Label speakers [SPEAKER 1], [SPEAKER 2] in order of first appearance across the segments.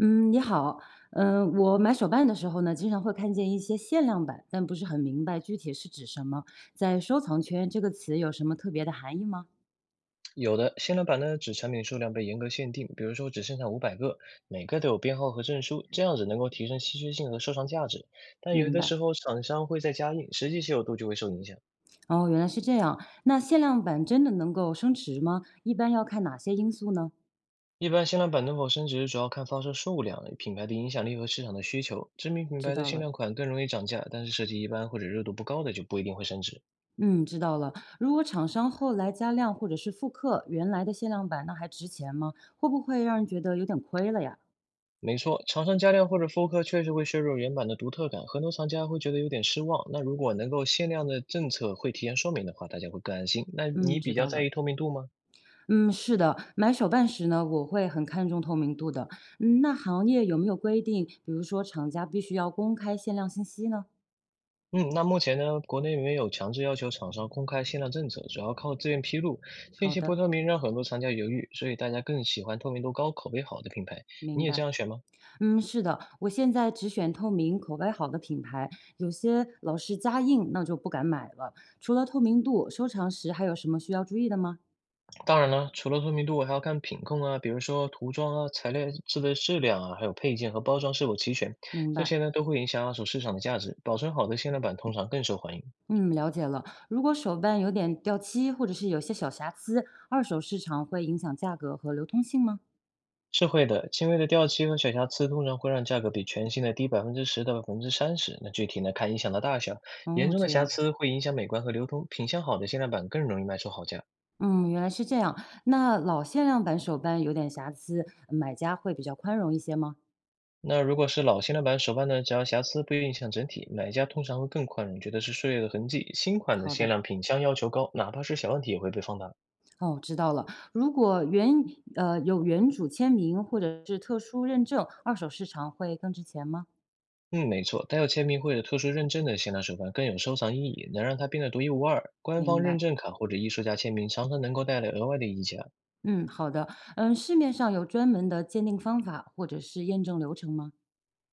[SPEAKER 1] 嗯，你好，嗯，我买手办的时候呢，经常会看见一些限量版，但不是很明白具体是指什么。在收藏圈，这个词有什么特别的含义吗？
[SPEAKER 2] 有的限量版呢，指产品数量被严格限定，比如说只生产500个，每个都有编号和证书，这样子能够提升稀缺性和收藏价值。但有
[SPEAKER 1] 明
[SPEAKER 2] 的
[SPEAKER 1] 白。
[SPEAKER 2] 时候厂商会再加印，实际稀有度就会受影响。
[SPEAKER 1] 哦，原来是这样。那限量版真的能够升值吗？一般要看哪些因素呢？
[SPEAKER 2] 一般限量版能否升值，主要看发售数量、品牌的影响力和市场的需求。知名品
[SPEAKER 1] 知
[SPEAKER 2] 牌的
[SPEAKER 1] 道
[SPEAKER 2] 限
[SPEAKER 1] 了。
[SPEAKER 2] 量款更容易涨价，但是设计一般或者热度不高的就不一定会升值。
[SPEAKER 1] 嗯，知道了。如果厂商后来加量或者是复刻原来的限量版，那还值钱吗？会不会让人觉得有点亏了呀？
[SPEAKER 2] 没错，厂商加量或者复刻确实会削弱原版的独特感，很多藏家会觉得有点失望。那如果能够限量的政策会提前说明的话，大家会更安心。那
[SPEAKER 1] 嗯，
[SPEAKER 2] 你
[SPEAKER 1] 知
[SPEAKER 2] 比
[SPEAKER 1] 道
[SPEAKER 2] 较在
[SPEAKER 1] 了。
[SPEAKER 2] 意透明度吗？
[SPEAKER 1] 嗯，是的，买手办时呢，我会很看重透明度的。嗯，那行业有没有规定，比如说厂家必须要公开限量信息呢？
[SPEAKER 2] 嗯，那目前呢，国内没有强制要求厂商公开限量政策，主要靠自愿披露。信
[SPEAKER 1] 好
[SPEAKER 2] 息不
[SPEAKER 1] 的，
[SPEAKER 2] 透明让很多藏家犹豫，所以大家更喜欢透明度高、口碑好的品牌。
[SPEAKER 1] 明
[SPEAKER 2] 你也这
[SPEAKER 1] 白。
[SPEAKER 2] 样选吗？
[SPEAKER 1] 嗯，是的，我现在只选透明、口碑好的品牌，有些老是加印，那就不敢买了。除了透明度，收藏时还有什么需要注意的吗？
[SPEAKER 2] 当然了，除了透明度，还要看品控啊，比如说涂装啊、材料制的质量啊，还有配件和包装是否齐全，
[SPEAKER 1] 明
[SPEAKER 2] 这
[SPEAKER 1] 白。
[SPEAKER 2] 些呢都会影响二手市场的价值。保存好的限量版通常更受欢迎。
[SPEAKER 1] 嗯，了解了。如果手办有点掉漆，或者是有些小瑕疵，二手市场会影响价格和流通性吗？
[SPEAKER 2] 是会的，轻微的掉漆和小瑕疵通常会让价格比全新的低百分之十到30%。那具体呢，看影响的大小，严
[SPEAKER 1] 哦，
[SPEAKER 2] 重的
[SPEAKER 1] 这
[SPEAKER 2] 瑕
[SPEAKER 1] 样。
[SPEAKER 2] 疵会影响美观和流通。品相好的限量版更容易卖出好价。
[SPEAKER 1] 嗯，原来是这样。那老限量版手办有点瑕疵，买家会比较宽容一些吗？
[SPEAKER 2] 那如果是老限量版手办呢，只要瑕疵不影响整体，买家通常会更宽容，觉得是岁月的痕迹。新款的
[SPEAKER 1] 好
[SPEAKER 2] 限
[SPEAKER 1] 的，
[SPEAKER 2] 量品相要求高，哪怕是小问题也会被放大。
[SPEAKER 1] 哦，知道了。如果有原主签名或者是特殊认证，二手市场会更值钱吗？
[SPEAKER 2] 嗯，没错，带有签名或者特殊认证的限量手办更有收藏意义，能让它变得独一无二。官方
[SPEAKER 1] 明
[SPEAKER 2] 认
[SPEAKER 1] 白。
[SPEAKER 2] 证卡或者艺术家签名常常能够带来额外的溢价。
[SPEAKER 1] 嗯，好的。嗯，市面上有专门的鉴定方法或者是验证流程吗？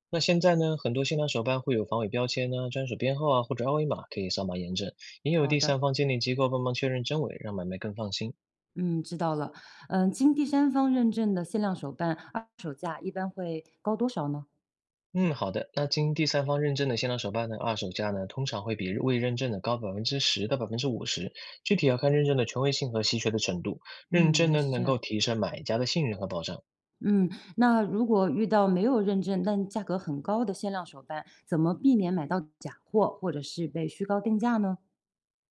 [SPEAKER 2] 那现在呢，很多限量手办会有防伪标签呢、专属编号啊，或者二维码可以扫码验证，也有
[SPEAKER 1] 好
[SPEAKER 2] 第三
[SPEAKER 1] 的，
[SPEAKER 2] 方鉴定机构帮忙确认真伪，让买卖更放心。
[SPEAKER 1] 嗯，知道了。嗯，经第三方认证的限量手办，二手价一般会高多少呢？
[SPEAKER 2] 嗯，好的。那经第三方认证的限量手办呢，二手价呢通常会比未认证的高百分之十到50%，具体要看认证的权威性和稀缺的程度。认
[SPEAKER 1] 嗯，原
[SPEAKER 2] 证
[SPEAKER 1] 来
[SPEAKER 2] 呢
[SPEAKER 1] 是这
[SPEAKER 2] 能够
[SPEAKER 1] 样。
[SPEAKER 2] 提升买家的信任和保障。
[SPEAKER 1] 嗯，那如果遇到没有认证但价格很高的限量手办，怎么避免买到假货或者是被虚高定价呢？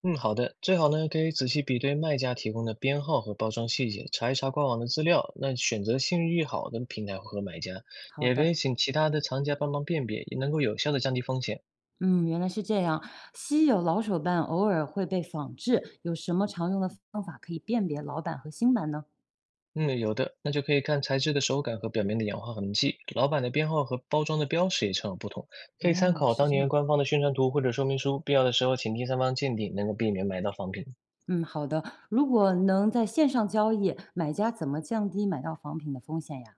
[SPEAKER 2] 嗯，好的。最好呢可以仔细比对卖家提供的编号和包装细节，查一查官网的资料，那选择信誉好的平台和买家，
[SPEAKER 1] 好
[SPEAKER 2] 也可以
[SPEAKER 1] 的，
[SPEAKER 2] 请其他的藏家帮忙辨别，也能够有效的降低风险。
[SPEAKER 1] 嗯，原来是这样。稀有老手办偶尔会被仿制，有什么常用的方法可以辨别老版和新版呢？
[SPEAKER 2] 嗯，有的，那就可以看材质的手感和表面的氧化痕迹，老板的编号和包装的标识也常有不同，可以参
[SPEAKER 1] 哦，
[SPEAKER 2] 考
[SPEAKER 1] 是
[SPEAKER 2] 当
[SPEAKER 1] 这
[SPEAKER 2] 年
[SPEAKER 1] 样。
[SPEAKER 2] 官方的宣传图或者说明书，必要的时候请第三方鉴定，能够避免买到仿品。
[SPEAKER 1] 嗯，好的。如果能在线上交易，买家怎么降低买到仿品的风险呀？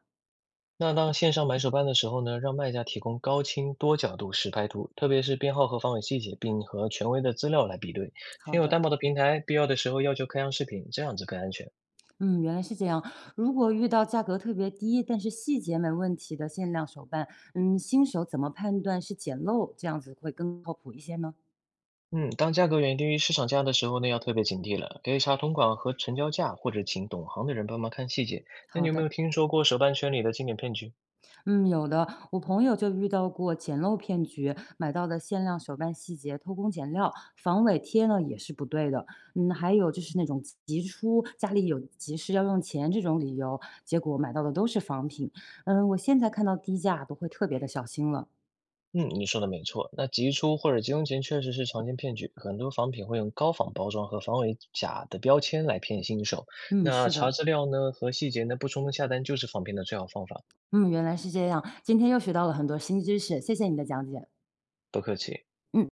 [SPEAKER 2] 那当线上买手办的时候呢，让卖家提供高清多角度实拍图，特别是编号和防伪细节，并和权威的资料来比对。
[SPEAKER 1] 好
[SPEAKER 2] 选有
[SPEAKER 1] 的，
[SPEAKER 2] 担保的平台，必要的时候要求开箱视频，这样子更安全。
[SPEAKER 1] 嗯，原来是这样。如果遇到价格特别低，但是细节没问题的限量手办，嗯，新手怎么判断是捡漏？这样子会更靠谱一些呢？
[SPEAKER 2] 嗯，当价格远低于市场价的时候呢，要特别警惕了。可以查同款和成交价，或者请懂行的人帮忙看细节。那
[SPEAKER 1] 好
[SPEAKER 2] 你有没有
[SPEAKER 1] 的，
[SPEAKER 2] 听说过手办圈里的经典骗局？
[SPEAKER 1] 嗯，有的，我朋友就遇到过捡漏骗局，买到的限量手办细节偷工减料，防伪贴呢也是不对的。嗯，还有就是那种急出，家里有急事要用钱这种理由，结果买到的都是仿品。嗯，我现在看到低价都会特别的小心了。
[SPEAKER 2] 嗯，你说的没错。那急出或者急用钱确实是常见骗局，很多仿品会用高仿包装和防伪假的标签来骗新手。
[SPEAKER 1] 嗯，
[SPEAKER 2] 那
[SPEAKER 1] 是
[SPEAKER 2] 查
[SPEAKER 1] 的。
[SPEAKER 2] 资料呢和细节呢，不冲动下单就是仿品的最好方法。
[SPEAKER 1] 嗯，原来是这样，今天又学到了很多新知识，谢谢你的讲解。
[SPEAKER 2] 不客气。
[SPEAKER 1] 嗯。